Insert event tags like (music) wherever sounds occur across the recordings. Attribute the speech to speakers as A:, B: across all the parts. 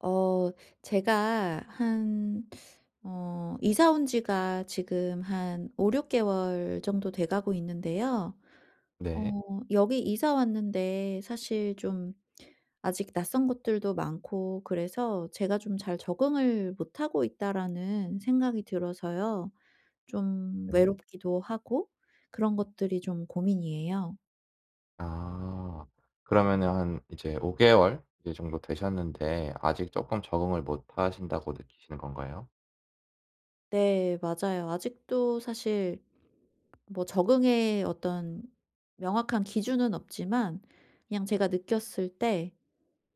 A: 어 제가 한 이사 온 지가 지금 한 5-6 개월 정도 돼 가고 있는데요.
B: 네.
A: 어 여기 이사 왔는데 사실 좀 아직 낯선 것들도 많고 그래서 제가 좀 '잘 적응을 못하고 있다.'라는 생각이 들어서요. 좀
B: 네.
A: 외롭기도 하고 그런 것들이 좀 고민이에요.
B: 아. 그러면은 한 이제 5 개월 이제 정도 되셨는데 아직 쪼끔 적응을 못 하신다고 느끼시는 건가요?
A: 네, 맞아요. 아직도 사실 뭐 적응의 어떤 명확한 기준은 없지만 그냥 제가 느꼈을 때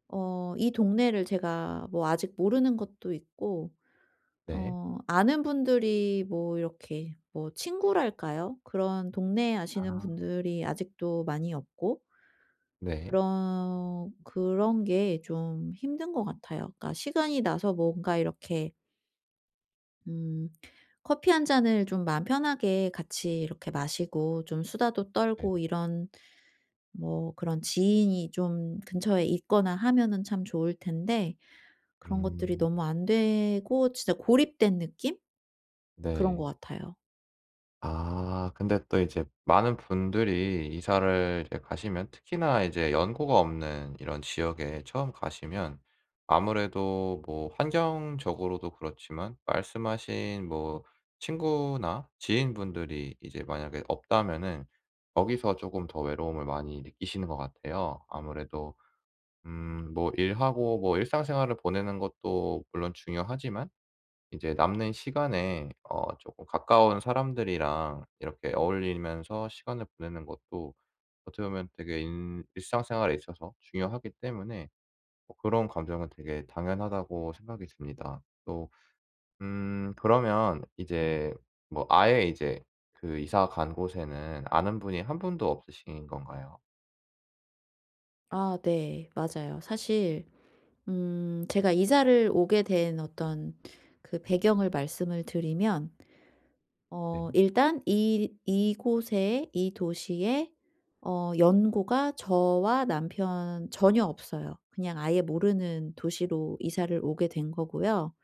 A: 이 동네를 제가 뭐 아직 모르는 것도 있고
B: 네.
A: 아는 분들이 뭐 이렇게 뭐 친구랄까요? 그런 동네 아시는
B: 아.
A: 분들이 아직도 많이 없고
B: 네.
A: 그런 게 좀 힘든 것 같아요. 그러니까 시간이 나서 뭔가 이렇게 음 커피 한 잔을 좀 마음 편하게 같이 이렇게 마시고 좀 수다도
B: 네.
A: 떨고 이런 뭐 그런 지인이 좀 근처에 있거나 하면은 참 좋을 텐데, 그런 것들이
B: 음.
A: 너무 안 되고 진짜 고립된 느낌? 그런
B: 네.
A: 것 같아요.
B: 아 근데 또 이제 많은 분들이 이사를 이제 가시면 특히나 이제 연고가 없는 이런 지역에 처음 가시면 아무래도 뭐 환경적으로도 그렇지만 말씀하신 뭐 친구나 지인분들이 이제 만약에 없다면은 거기서 조금 더 외로움을 많이 느끼시는 것 같아요. 아무래도 뭐 일하고 뭐 일상생활을 보내는 것도 물론 중요하지만 이제 남는 시간에 어 조금 가까운 사람들이랑 이렇게 어울리면서 시간을 보내는 것도 어떻게 보면 되게 인 일상생활에 있어서 중요하기 때문에 뭐 그런 감정은 되게 당연하다고 생각이 듭니다. 또 그러면 이제 뭐 아예 이제 그 이사 간 곳에는 아는 분이 한 분도 없으신 건가요?
A: 아 네, 맞아요. 사실 제가 이사를 오게 된 어떤 그 배경을 말씀을 드리면
B: 네.
A: 일단 이 이곳에 이 도시에 연고가 저와 남편 전혀 없어요. 그냥 아예 모르는 도시로 이사를 오게 된 거고요.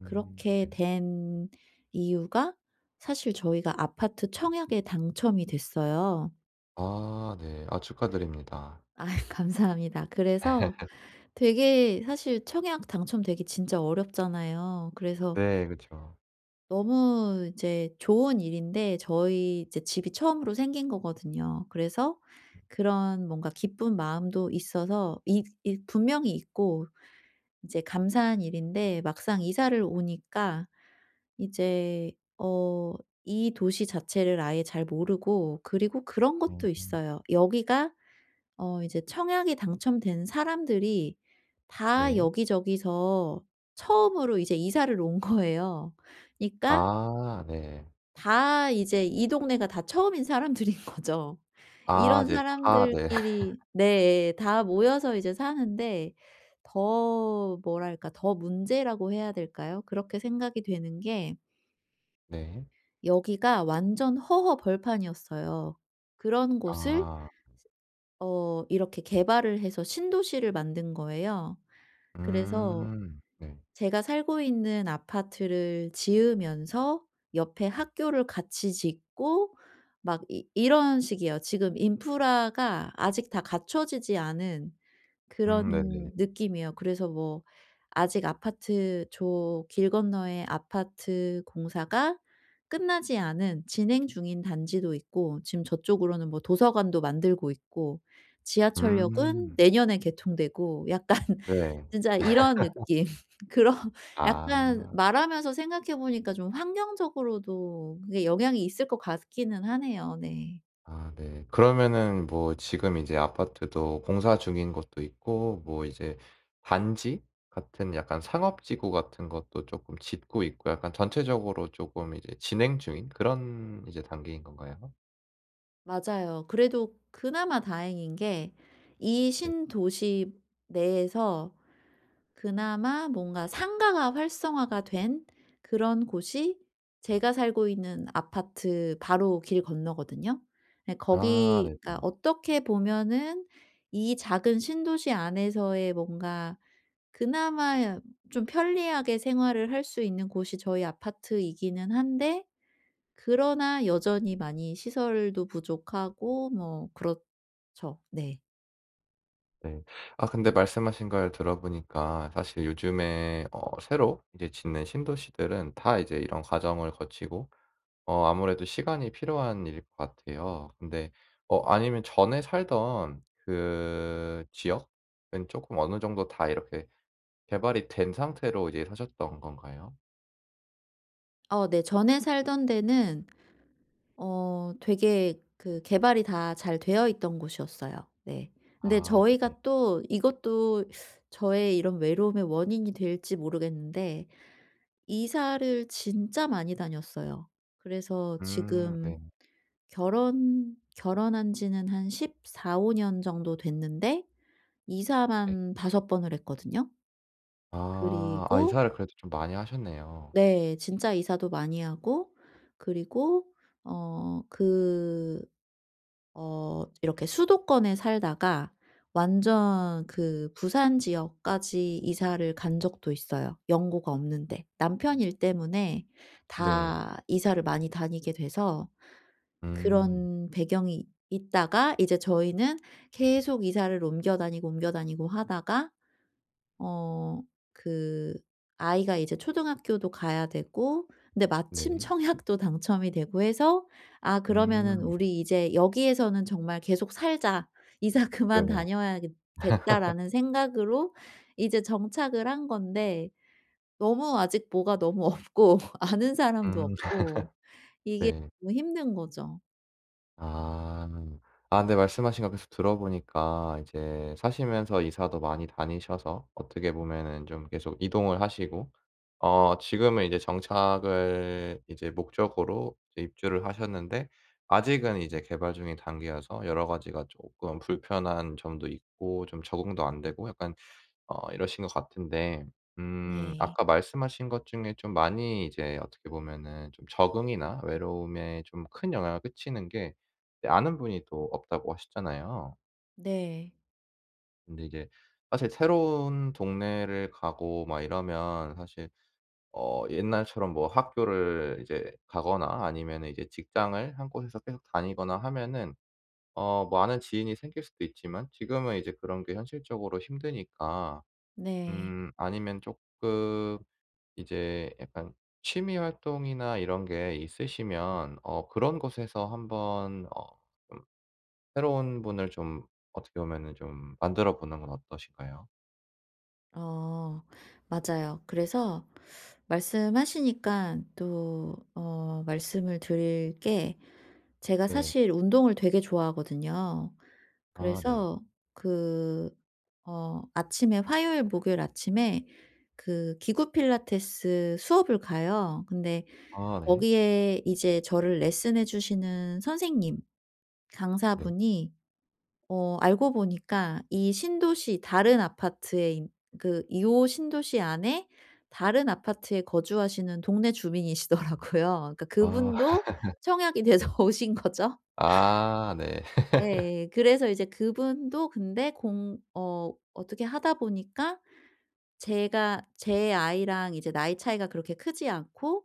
A: 그렇게
B: 네.
A: 된 이유가 사실 저희가 아파트 청약에 당첨이 됐어요.
B: 아 네. 아 축하드립니다.
A: 아 (laughs) 감사합니다. 그래서 되게 사실 청약 당첨되기 진짜 어렵잖아요. 그래서
B: 네 그쵸.
A: 너무 이제 좋은 일인데 저희 이제 집이 처음으로 생긴 거거든요. 그래서 그런 뭔가 기쁜 마음도 있어서 이 분명히 있고 이제 감사한 일인데 막상 이사를 오니까 이제 어 이 도시 자체를 아예 잘 모르고, 그리고 그런 것도
B: 음.
A: 있어요. 여기가 이제 청약이 당첨된 사람들이 다
B: 네.
A: 여기저기서 처음으로 이제 이사를 온 거예요. 그니까 러
B: 아 네.
A: 다 이제 이 동네가 다 처음인 사람들인 (laughs) 거죠.
B: 아
A: 이런
B: 이제 다 네. (laughs)
A: 사람들끼리 네 다 모여서 이제 사는데 더 뭐랄까, 더 문제라고 해야 될까요? 그렇게 생각이 되는 게
B: 네.
A: 여기가 완전 허허 벌판이었어요. 그런 곳을
B: 아.
A: 이렇게 개발을 해서 신도시를 만든 거예요. 그래서
B: 음. 네.
A: 제가 살고 있는 아파트를 지으면서 옆에 학교를 같이 짓고 막 이 이런 식이에요. 지금 인프라가 아직 다 갖춰지지 않은
B: 네네.
A: 그런 느낌이에요. 그래서 뭐 아직 아파트 저 길 건너에 아파트 공사가 끝나지 않은 진행 중인 단지도 있고, 지금 저쪽으로는 뭐 도서관도 만들고 있고, 지하철역은
B: 음.
A: 내년에 개통되고 약간 (laughs)
B: 네.
A: 진짜 이런 느낌. (laughs) 그런,
B: 아.
A: 약간 말하면서 생각해 보니까 좀 환경적으로도 그게 영향이 있을 것 같기는 하네요. 네,
B: 아 네. 그러면은 뭐 지금 이제 아파트도 공사 중인 것도 있고 뭐 이제 단지 같은 약간 상업지구 같은 것도 쪼끔 짓고 있고 약간 전체적으로 쪼끔 이제 진행 중인 그런 이제 단계인 건가요?
A: 맞아요. 그래도 그나마 다행인 게 이
B: 네.
A: 신도시 내에서 그나마 뭔가 상가가 활성화가 된 그런 곳이 제가 살고 있는 아파트 바로 길 건너거든요. 네,
B: 아 네.
A: 거기가 어떻게 보면은 이 작은 신도시 안에서의 뭔가 그나마 좀 편리하게 생활을 할 수 있는 곳이 저희 아파트이기는 한데 그러나 여전히 많이 시설도 부족하고 뭐 그렇죠. 네.
B: 네. 아 근데 말씀하신 걸 들어보니까 사실 요즘에 어 새로 이제 짓는 신도시들은 다 이제 이런 과정을 거치고 어 아무래도 시간이 필요한 일일 것 같아요. 근데 어 아니면 전에 살던 그 지역은 조금 어느 정도 다 이렇게 개발이 된 상태로 이제 사셨던 건가요?
A: 어 네. 전에 살던 데는 되게 그 개발이 다 잘 되어 있던 곳이었어요. 네. 근데
B: 아 네네.
A: 저희가 또 이것도 저의 이런 외로움의 원인이 될지 모르겠는데 이사를 진짜 많이 다녔어요. 그래서
B: 네.
A: 지금 결혼한 지는 한 14-15년 정도 됐는데
B: 네.
A: 이사만 5 번을 했거든요.
B: 아. 아
A: 그리고
B: 이사를 그래도 좀 많이 하셨네요.
A: 네, 진짜 이사도 많이 하고, 그리고 어 그 이렇게 수도권에 살다가 완전 그 부산 지역까지 이사를 간 적도 있어요, 연고가 없는데. 남편 일 때문에
B: 네.
A: 다 이사를 많이 다니게 돼서
B: 음.
A: 그런 배경이 있다가 이제 저희는 계속 이사를 옮겨 다니고 옮겨 다니고 하다가 어 그 아이가 이제 초등학교도 가야 되고, 근데
B: 네.
A: 마침 청약도 당첨이 되고 해서 '아 그러면은
B: 음.
A: 우리 이제 여기에서는 정말 계속 살자. 이사 (laughs) 그만
B: 네네.
A: 다녀야겠 겠다.'라는 생각으로 이제 정착을 한 건데 너무 아직 뭐가 너무 없고 (laughs) 아는 사람도
B: 음. (laughs)
A: 없고 이게
B: 네.
A: 너무 힘든 거죠.
B: 아. 아 근데 말씀하신 거 계속 들어보니까 이제 사시면서 이사도 많이 다니셔서 어떻게 보면은 좀 계속 이동을 하시고 어 지금은 이제 정착을 이제 목적으로 이제 입주를 하셨는데 아직은 이제 개발 중인 단계여서 여러 가지가 조금 불편한 점도 있고 좀 적응도 안 되고 약간 어 이러신 것 같은데
A: 네.
B: 아까 말씀하신 것 중에 좀 많이 이제 어떻게 보면은 좀 적응이나 외로움에 좀 큰 영향을 끼치는 게 이제 아는 분이 또 없다고 하셨잖아요.
A: 네.
B: 근데 이제 사실 새로운 동네를 가고 막 이러면 사실 어 옛날처럼 뭐 학교를 이제 가거나 아니면은 이제 직장을 한 곳에서 계속 다니거나 하면은 어 뭐 아는 지인이 생길 수도 있지만 지금은 이제 그런 게 현실적으로 힘드니까
A: 네.
B: 아니면 조금 이제 약간 취미 활동이나 이런 게 있으시면 어 그런 곳에서 한번 어 좀 새로운 분을 좀 어떻게 보면은 좀 만들어 보는 건 어떠신가요?
A: 어 맞아요. 그래서 말씀하시니까 또 어 말씀을 드릴 게 제가
B: 네.
A: 사실 운동을 되게 좋아하거든요.
B: 아 네.
A: 그래서 그 아침에 화요일, 목요일 아침에 그 기구 필라테스 수업을 가요. 근데
B: 아 네.
A: 거기에 이제 저를 레슨해 주시는 선생님,
B: 네.
A: 강사분이 알고 보니까 이 신도시 다른 아파트에 인 그 이호 신도시 안에 다른 아파트에 거주하시는 동네 주민이시더라고요. 그러니까
B: 아
A: 그분도
B: (laughs)
A: 청약이 돼서
B: 네.
A: (laughs) 오신 거죠.
B: 아 네. (laughs)
A: 예. 그래서 이제 그분도 근데 공 어 어떻게 하다 보니까 제가 제 아이랑 이제 나이 차이가 그렇게 크지 않고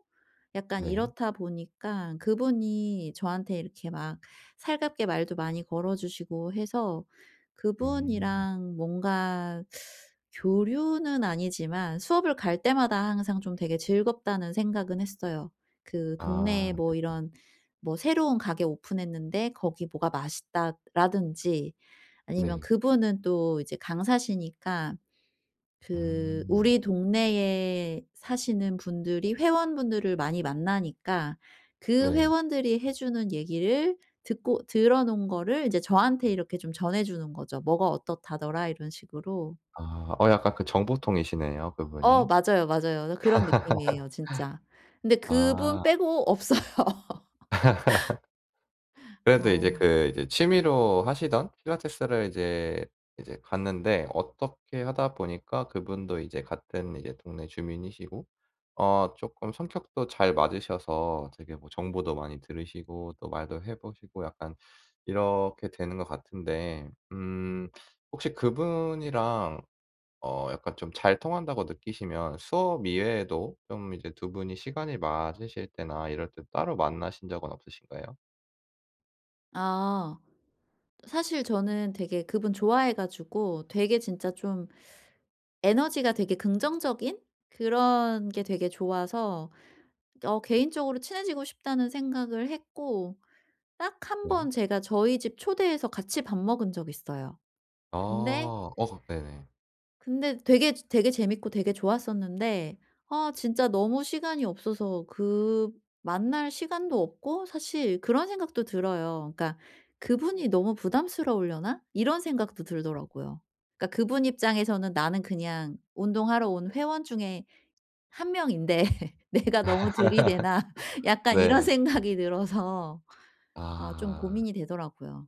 A: 약간
B: 네.
A: 이렇다 보니까 그분이 저한테 이렇게 막 살갑게 말도 많이 걸어 주시고 해서
B: 음.
A: 그분이랑 뭔가 교류는 아니지만 수업을 갈 때마다 항상 좀 되게 즐겁다는 생각은 했어요. 그
B: 아
A: 동네에
B: 네.
A: 뭐 이런 뭐 새로운 가게 오픈했는데 거기 뭐가 맛있다라든지, 아니면
B: 네.
A: 그분은 또 이제 강사시니까 그
B: 음.
A: 우리 동네에 사시는 분들이 회원분들을 많이 만나니까 그
B: 네.
A: 회원들이 해 주는 얘기를 듣고 들어 놓은 거를 이제 저한테 이렇게 좀 전해 주는 거죠. "뭐가 어떻다더라." 이런 식으로.
B: 아 어 약간 그 정보통이시네요,
A: 어
B: 그분이.
A: 맞아요, 맞아요. 그런 느낌이에요 진짜. 근데 그분
B: 아.
A: 빼고 없어요.
B: 그래도 이제
A: 어.
B: 그 이제 취미로 하시던 필라테스를 이제 이제 갔는데 어떻게 하다 보니까 그분도 이제 같은 이제 동네 주민이시고 어 쪼끔 성격도 잘 맞으셔서 되게 뭐 정보도 많이 들으시고 또 말도 해 보시고 약간 이렇게 되는 것 같은데 혹시 그분이랑 어 약간 좀 잘 통한다고 느끼시면 수업 이외에도 좀 이제 두 분이 시간이 맞으실 때나 이럴 때 따로 만나신 적은 없으신가요?
A: 아. 사실 저는 되게 그분 좋아해 가지고 되게 진짜 좀 에너지가 되게 긍정적인 그런 게 되게 좋아서 개인적으로 친해지고 싶다는 생각을 했고 딱 한
B: 네.
A: 번 제가 저희 집 초대해서 같이 밥 먹은 적 있어요.
B: 아.
A: 근데
B: 어 네네.
A: 되게 재밌고 되게 좋았었는데 아 진짜 너무 시간이 없어서 그 만날 시간도 없고, 사실 그런 생각도 들어요. 그러니까 '그분이 너무 부담스러우려나?' 이런 생각도 들더라고요. 그러니까 그분 입장에서는 나는 그냥 운동하러 온 회원 중에 한 명인데 (laughs) '내가 너무 들이대나?' (laughs) 약간 이런
B: 네.
A: 생각이 들어서 아 좀
B: 아.
A: 고민이 되더라고요.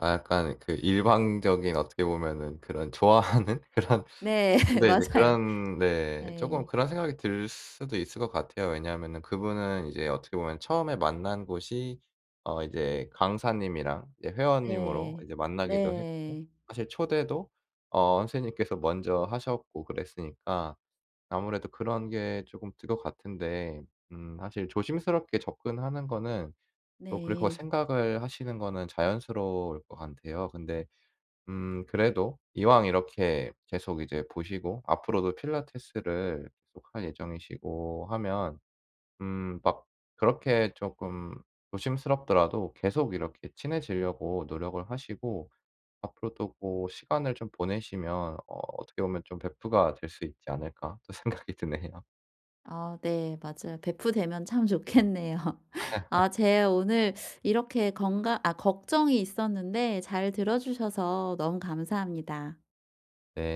B: 아 약간 그 일방적인 어떻게 보면은 그런 좋아하는 (laughs) 그런
A: 네. (laughs)
B: 근데 이제
A: 맞아요.
B: 그런 네 쪼금
A: 네.
B: 그런 생각이 들 수도 있을 것 같아요. 왜냐하면은 그분은 이제 어떻게 보면 처음에 만난 곳이 어 이제 강사님이랑 이제 회원님으로
A: 네.
B: 이제 만나기도 했고
A: 네.
B: 사실 초대도 어 선생님께서 먼저 하셨고 그랬으니까 아무래도 그런 게 쪼금 들을것 같은데 사실 조심스럽게 접근하는 거는 또 그렇게
A: 네.
B: 생각을 하시는 거는 자연스러울 것 같아요. 근데 그래도 이왕 이렇게 계속 이제 보시고 앞으로도 필라테스를 계속 할 예정이시고 하면 막 그렇게 조금 조심스럽더라도 계속 이렇게 친해지려고 노력을 하시고 앞으로도 고 시간을 좀 보내시면 어 어떻게 보면 좀 베프가 될 수 있지 않을까 또 (laughs) 생각이 드네요.
A: 아 네, 맞아요. 배프되면 참 좋겠네요. (laughs) 아 제 오늘 이렇게 건강 아 걱정이 있었는데 잘 들어 주셔서 너무 감사합니다.
B: 네.